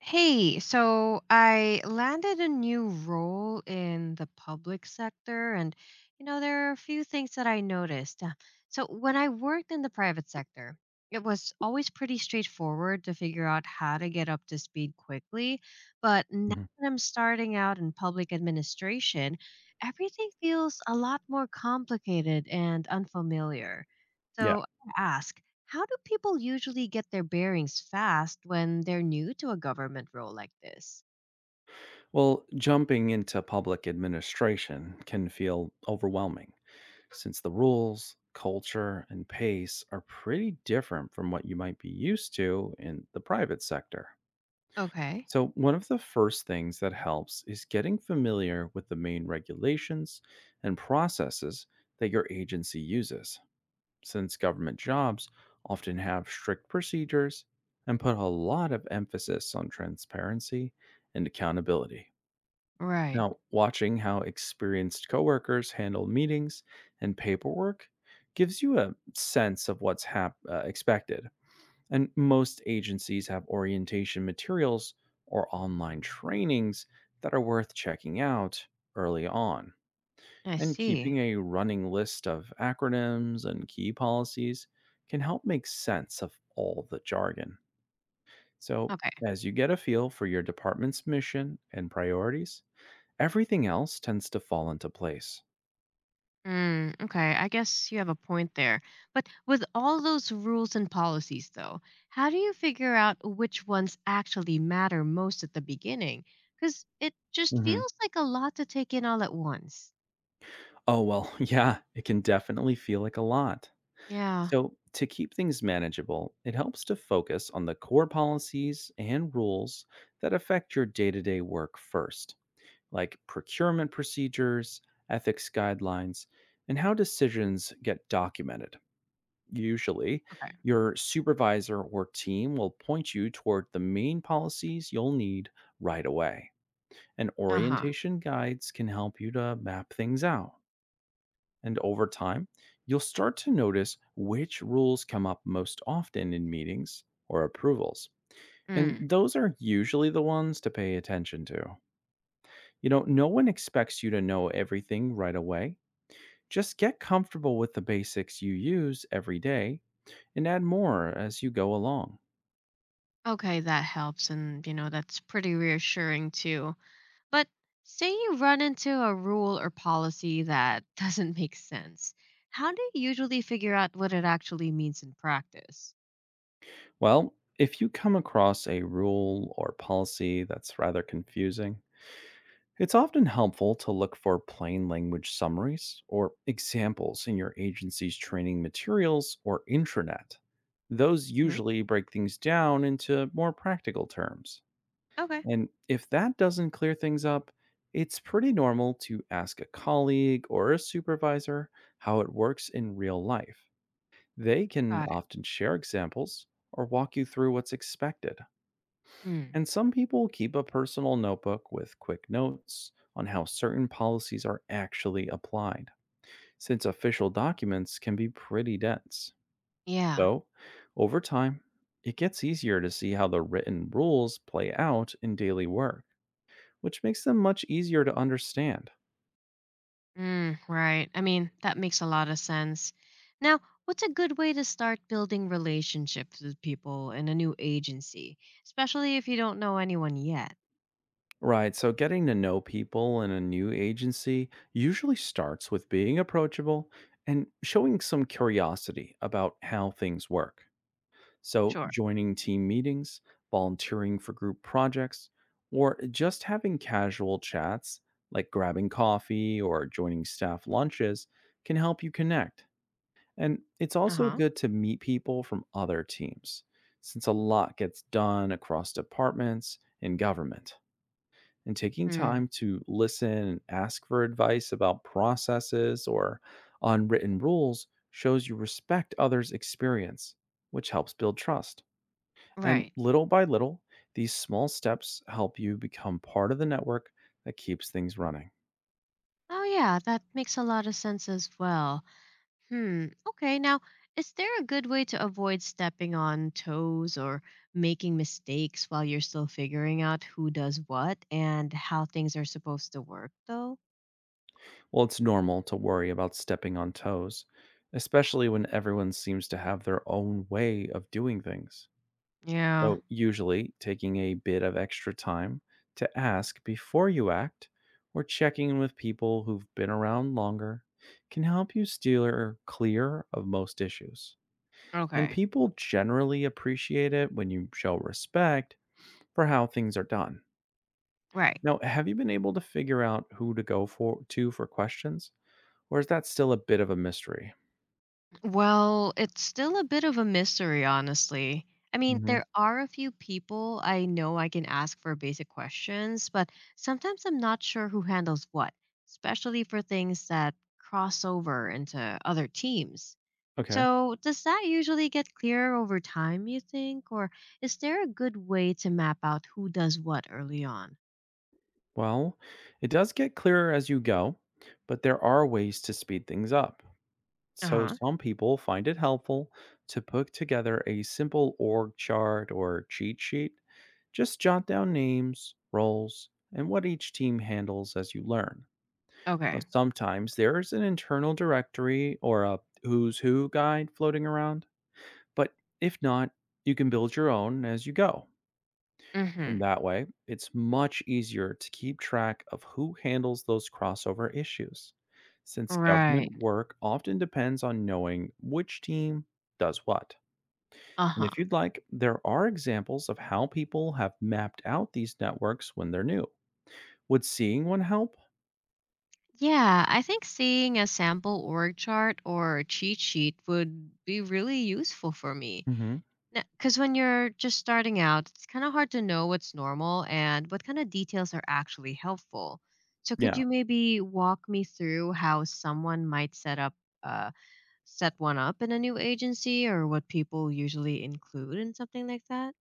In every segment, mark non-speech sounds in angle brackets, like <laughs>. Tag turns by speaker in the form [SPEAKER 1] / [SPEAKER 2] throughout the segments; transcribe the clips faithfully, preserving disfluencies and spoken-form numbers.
[SPEAKER 1] Hey, so I landed a new role in the public sector, and you know, there are a few things that I noticed. Uh, So, when I worked in the private sector, it was always pretty straightforward to figure out how to get up to speed quickly. But now
[SPEAKER 2] Mhm.
[SPEAKER 1] that I'm starting out in public administration, everything feels a lot more complicated and unfamiliar.
[SPEAKER 2] Yeah.
[SPEAKER 1] So, I ask how do people usually get their bearings fast when they're new to a government role like this?
[SPEAKER 2] Well, jumping into public administration can feel overwhelming since the rules, culture, and pace are pretty different from what you might be used to in the private sector.
[SPEAKER 1] Okay.
[SPEAKER 2] So, one of the first things that helps is getting familiar with the main regulations and processes that your agency uses, since government jobs often have strict procedures and put a lot of emphasis on transparency and accountability.
[SPEAKER 1] Right.
[SPEAKER 2] Now, watching how experienced coworkers handle meetings and paperwork gives you a sense of what's hap- uh, expected. And most agencies have orientation materials or online trainings that are worth checking out early on.
[SPEAKER 1] I
[SPEAKER 2] And
[SPEAKER 1] see.
[SPEAKER 2] keeping a running list of acronyms and key policies can help make sense of all the jargon. So,
[SPEAKER 1] Okay.
[SPEAKER 2] as you get a feel for your department's mission and priorities, everything else tends to fall into place.
[SPEAKER 1] Mm, okay. I guess you have a point there. But with all those rules and policies, though, how do you figure out which ones actually matter most at the beginning? Because it just
[SPEAKER 2] Mhm.
[SPEAKER 1] feels like a lot to take in all at once.
[SPEAKER 2] Oh, well, <laughs> yeah, it can definitely feel like a lot.
[SPEAKER 1] Yeah.
[SPEAKER 2] So, to keep things manageable, it helps to focus on the core policies and rules that affect your day to day work first, like procurement procedures, ethics guidelines, and how decisions get documented. Usually,
[SPEAKER 1] Okay.
[SPEAKER 2] your supervisor or team will point you toward the main policies you'll need right away. And
[SPEAKER 1] Uh huh.
[SPEAKER 2] orientation guides can help you to map things out. And over time, you'll start to notice which rules come up most often in meetings or approvals. And
[SPEAKER 1] Mm.
[SPEAKER 2] those are usually the ones to pay attention to. You know, no one expects you to know everything right away. Just get comfortable with the basics you use every day and add more as you go along.
[SPEAKER 1] Okay. That helps. And, you know, that's pretty reassuring, too. But say you run into a rule or policy that <laughs> doesn't make sense. How do you usually figure out what it actually means in practice?
[SPEAKER 2] Well, if you come across a rule or policy that's rather confusing, it's often helpful to look for plain language summaries or examples in your agency's training materials or intranet. Those
[SPEAKER 1] Hmm.
[SPEAKER 2] usually break things down into more practical terms.
[SPEAKER 1] Okay.
[SPEAKER 2] And if that doesn't clear things up, it's pretty normal to ask a colleague or a supervisor how it works in real life. They can
[SPEAKER 1] Got it.
[SPEAKER 2] often share examples or walk you through what's expected.
[SPEAKER 1] Mm.
[SPEAKER 2] And some people keep a personal notebook with quick notes on how certain policies are actually applied, since official documents can be pretty dense.
[SPEAKER 1] Yeah.
[SPEAKER 2] So, over time, it gets easier to see how the written rules play out in daily work, which makes them much easier to understand.
[SPEAKER 1] Mm, right. I mean, that makes a lot of sense. Now, what's a good way to start building relationships with people in a new agency, especially if you don't know anyone yet?
[SPEAKER 2] Right, so getting to know people in a new agency usually starts with being approachable and showing some curiosity about how things work. So,
[SPEAKER 1] Sure.
[SPEAKER 2] joining team meetings, volunteering for group projects, or just having casual chats like grabbing coffee or joining staff lunches can help you connect. And it's
[SPEAKER 1] Uh
[SPEAKER 2] also
[SPEAKER 1] huh.
[SPEAKER 2] good to meet people from other teams, since a lot gets done across departments and government. And taking
[SPEAKER 1] Mm,
[SPEAKER 2] time to listen and ask for advice about processes or unwritten rules shows you respect others' experience, which helps build trust. And
[SPEAKER 1] right.
[SPEAKER 2] little by little, these small steps help you become part of the network that keeps things running.
[SPEAKER 1] Oh, yeah, that makes a lot of sense as well. Hmm. Okay. Now, is there a good way to avoid stepping on toes or making mistakes while you're still figuring out who does what and how things are supposed to work, though?
[SPEAKER 2] Well, it's normal to worry about stepping on toes, especially when everyone seems to have their own way of doing things.
[SPEAKER 1] Yeah.
[SPEAKER 2] So, usually, taking a bit of extra time to ask before you act or checking in with people who've been around longer can help you steer clear of most issues. And
[SPEAKER 1] Okay.
[SPEAKER 2] people generally appreciate it when you show respect for how things are done.
[SPEAKER 1] Right.
[SPEAKER 2] Now, have you been able to figure out who to go for to for questions, or is that still a bit of a mystery?
[SPEAKER 1] Well, it's still a bit of a mystery, honestly. I mean,
[SPEAKER 2] Hmm.
[SPEAKER 1] there are a few people I know I can ask for basic questions, but sometimes I'm not sure who handles what, especially for things that cross over into other teams.
[SPEAKER 2] Okay.
[SPEAKER 1] So, does that usually get clearer over time, you think? Or is there a good way to map out who does what early on?
[SPEAKER 2] Well, it does get clearer as you go, but there are ways to speed things up.
[SPEAKER 1] Uh
[SPEAKER 2] So
[SPEAKER 1] huh.
[SPEAKER 2] some people find it helpful to put together a simple org chart or cheat sheet. Just jot down names, roles, and what each team handles as you learn. Now,
[SPEAKER 1] Okay.
[SPEAKER 2] sometimes there is an internal directory or a who's who guide floating around. But if not, you can build your own as you go.
[SPEAKER 1] Mm hmm.
[SPEAKER 2] And that way, it's much easier to keep track of who handles those crossover issues, since government
[SPEAKER 1] Right.
[SPEAKER 2] work often depends on knowing which team does what.
[SPEAKER 1] Uh
[SPEAKER 2] And
[SPEAKER 1] huh.
[SPEAKER 2] if you'd like, there are examples of how people have mapped out these networks when they're new. Would seeing one help?
[SPEAKER 1] Yeah, I think seeing a sample org chart or a cheat sheet would be really useful for me.
[SPEAKER 2] Hmm.
[SPEAKER 1] Because when you're just starting out, it's kind of hard to know what's normal and what kind of details are actually helpful. So, could
[SPEAKER 2] Yeah.
[SPEAKER 1] you maybe walk me through how someone might set up, uh, set one up in a new agency, or what people usually include in something like that?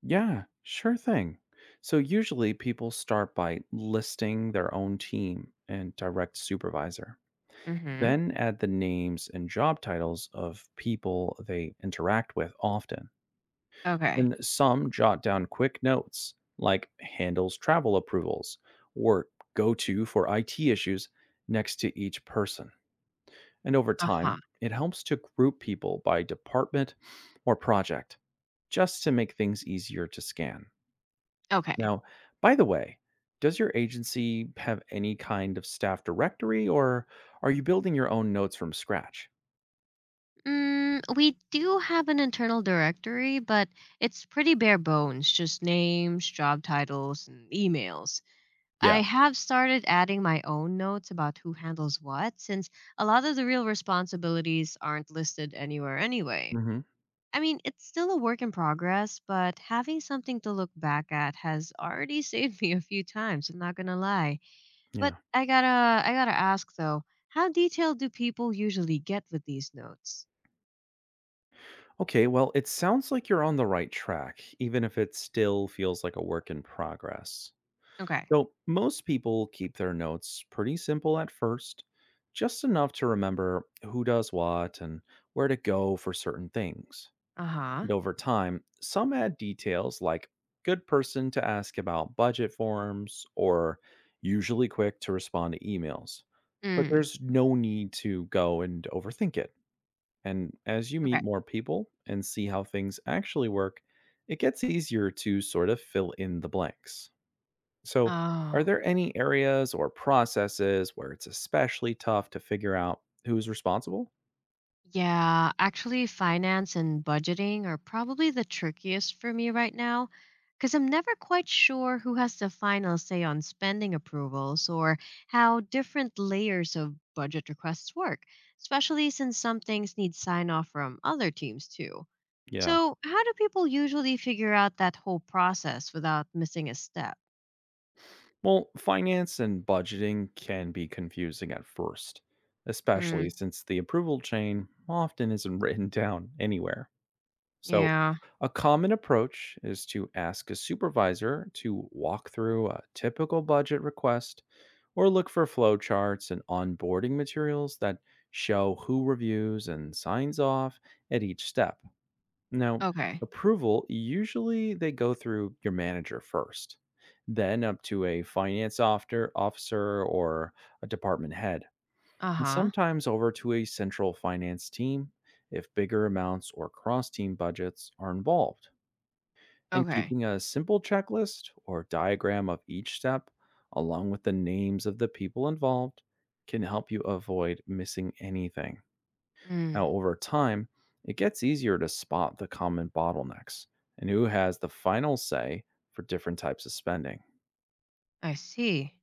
[SPEAKER 2] Yeah, sure thing. So usually people start by listing their own team and direct supervisor.
[SPEAKER 1] Mm-hmm.
[SPEAKER 2] Then add the names and job titles of people they interact with often.
[SPEAKER 1] Okay.
[SPEAKER 2] And some jot down quick notes like handles travel approvals or go to for I T issues next to each person. And over
[SPEAKER 1] Uh huh.
[SPEAKER 2] time, it helps to group people by department or project just to make things easier to scan.
[SPEAKER 1] Okay.
[SPEAKER 2] Now, by the way, does your agency have any kind of staff directory or are you building your own notes from scratch?
[SPEAKER 1] Mm, we do have an internal directory, but it's pretty bare bones, just names, job titles, and emails.
[SPEAKER 2] Yeah.
[SPEAKER 1] I have started adding my own notes about who handles what, since a lot of the real responsibilities aren't listed anywhere anyway.
[SPEAKER 2] Mhm.
[SPEAKER 1] I mean, it's still a work in progress, but having something to look back at has already <laughs> saved me a few times, I'm not gonna lie. But
[SPEAKER 2] Yeah.
[SPEAKER 1] I gotta I gotta ask though, how detailed do people usually get with these notes?
[SPEAKER 2] Okay, well, it sounds like you're on the right track, even if it still feels like a work in progress.
[SPEAKER 1] Okay.
[SPEAKER 2] So, most people keep their notes pretty simple at first, just enough to remember who does what and where to go for certain things.
[SPEAKER 1] Uh-huh.
[SPEAKER 2] And over time, some add details like good person to ask about budget forms or usually quick to respond to emails. But
[SPEAKER 1] Mm.
[SPEAKER 2] there's no need to go and overthink it. And as you
[SPEAKER 1] Okay.
[SPEAKER 2] meet more people and see how things actually work, it gets easier to sort of fill in the blanks. So, are
[SPEAKER 1] Oh.
[SPEAKER 2] there any areas or processes where it's especially tough to figure out who's responsible?
[SPEAKER 1] Yeah, actually, finance and budgeting are probably the trickiest for me right now because I'm never quite sure who has the final say on spending approvals or how different layers of budget requests work, especially since some things need sign off from other teams too.
[SPEAKER 2] Yeah.
[SPEAKER 1] So, how do people usually figure out that whole process without missing a step?
[SPEAKER 2] Well, finance and budgeting can be confusing at first, especially
[SPEAKER 1] Mm,
[SPEAKER 2] since the approval chain often isn't <laughs> written down anywhere. So,
[SPEAKER 1] yeah.
[SPEAKER 2] a common approach is to ask a supervisor to walk through a typical budget request or look for flowcharts and onboarding materials that show who reviews and signs off at each step. Now,
[SPEAKER 1] Okay.
[SPEAKER 2] approval usually they go through your manager first, then up to a finance officer officer or a department head and
[SPEAKER 1] Uh-huh.
[SPEAKER 2] sometimes over to a central finance team if bigger amounts or cross team budgets are involved. And
[SPEAKER 1] Okay.
[SPEAKER 2] keeping a simple checklist or diagram of each step, along with the names of the people involved, can help you avoid missing anything. Now,
[SPEAKER 1] Mm.
[SPEAKER 2] over time, it gets easier to spot the common bottlenecks and who has the final say for different types of spending.
[SPEAKER 1] I see.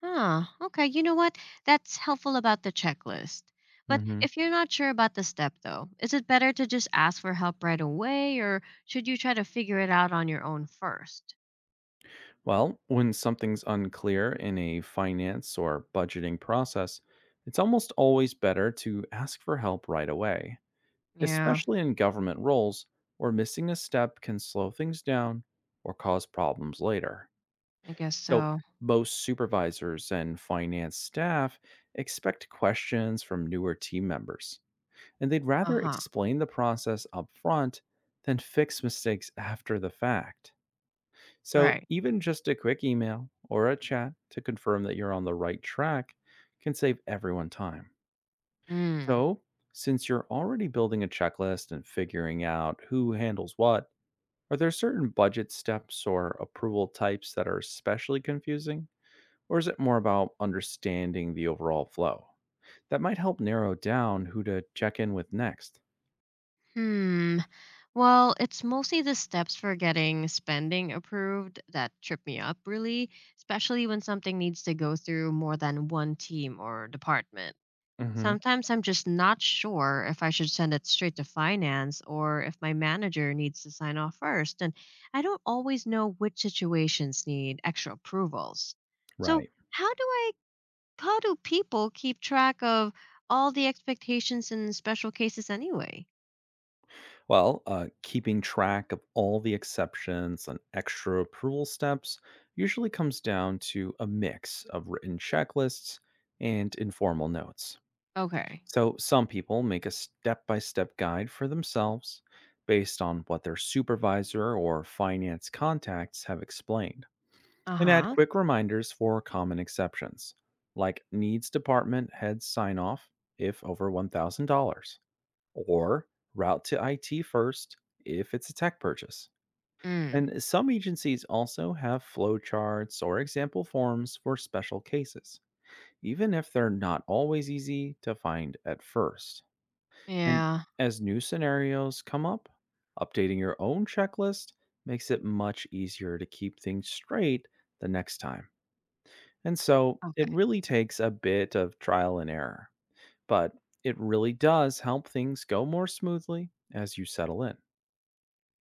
[SPEAKER 1] Ah, okay. You know what? That's helpful about the checklist. But
[SPEAKER 2] Mhm.
[SPEAKER 1] if you're not sure about the step, though, is it better to just ask for help right away or should you try to figure it out on your own first?
[SPEAKER 2] Well, when something's unclear in a finance or budgeting process, it's almost always better to ask for help right away,
[SPEAKER 1] Yeah,
[SPEAKER 2] especially in government roles, where missing a step can slow things down or cause problems later.
[SPEAKER 1] I guess
[SPEAKER 2] So,
[SPEAKER 1] so.
[SPEAKER 2] most supervisors and finance staff expect questions from newer team members, and they'd
[SPEAKER 1] Uh
[SPEAKER 2] rather
[SPEAKER 1] huh.
[SPEAKER 2] explain the process up front than fix mistakes after the fact. So,
[SPEAKER 1] Right.
[SPEAKER 2] even just a quick email or a chat to confirm that you're on the right track can save everyone time.
[SPEAKER 1] Mm.
[SPEAKER 2] So, since you're already building a checklist and figuring out who handles what, are there certain budget steps or approval types that are especially confusing? Or is it more about understanding the overall flow? That might help narrow down who to check in with next.
[SPEAKER 1] Hmm. Well, it's mostly the steps for getting spending approved that trip me up, really, especially when something needs to go through more than one team or department.
[SPEAKER 2] Hmm.
[SPEAKER 1] Sometimes I'm just not sure if I should send it straight to finance or if my manager needs to sign off first, and I don't always know which situations need extra approvals. So,
[SPEAKER 2] Right.
[SPEAKER 1] how do I how do people keep track of all the expectations in special cases anyway?
[SPEAKER 2] Well, uh, keeping track of all the exceptions and extra approval steps usually comes down to a mix of written checklists and informal notes.
[SPEAKER 1] Okay.
[SPEAKER 2] So, some people make a step by step guide for themselves based on what their supervisor or finance contacts have explained, and add
[SPEAKER 1] Uh-huh.
[SPEAKER 2] quick reminders for common exceptions, like needs department head sign off if over one thousand dollars or route to I T first if it's a tech purchase.
[SPEAKER 1] Mm.
[SPEAKER 2] And some agencies also have flowcharts or example forms for special cases, even if they're not always easy to find at first. And
[SPEAKER 1] Yeah.
[SPEAKER 2] as new scenarios come up, updating your own checklist makes it much easier to keep things straight the next time. And so it
[SPEAKER 1] Okay.
[SPEAKER 2] really takes a bit of trial and error, but it really does help things go more smoothly as you settle in.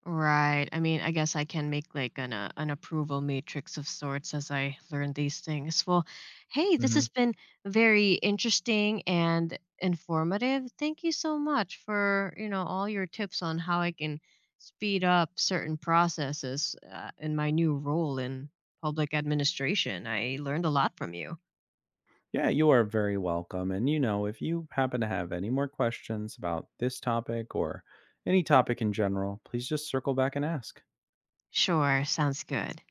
[SPEAKER 1] Right. I mean, I guess I can make like an uh, an approval matrix of sorts as I learn these things. Well, hey, this has
[SPEAKER 2] Mhm.
[SPEAKER 1] been very interesting and informative. Thank you so much for, you know, all your tips on how I can speed up certain processes uh, in my new role in public administration. I learned a lot from you.
[SPEAKER 2] Yeah, you are very welcome. And, you know, if you happen to have any more questions about this topic or any topic in general, please just circle back and ask.
[SPEAKER 1] Sure, sounds good.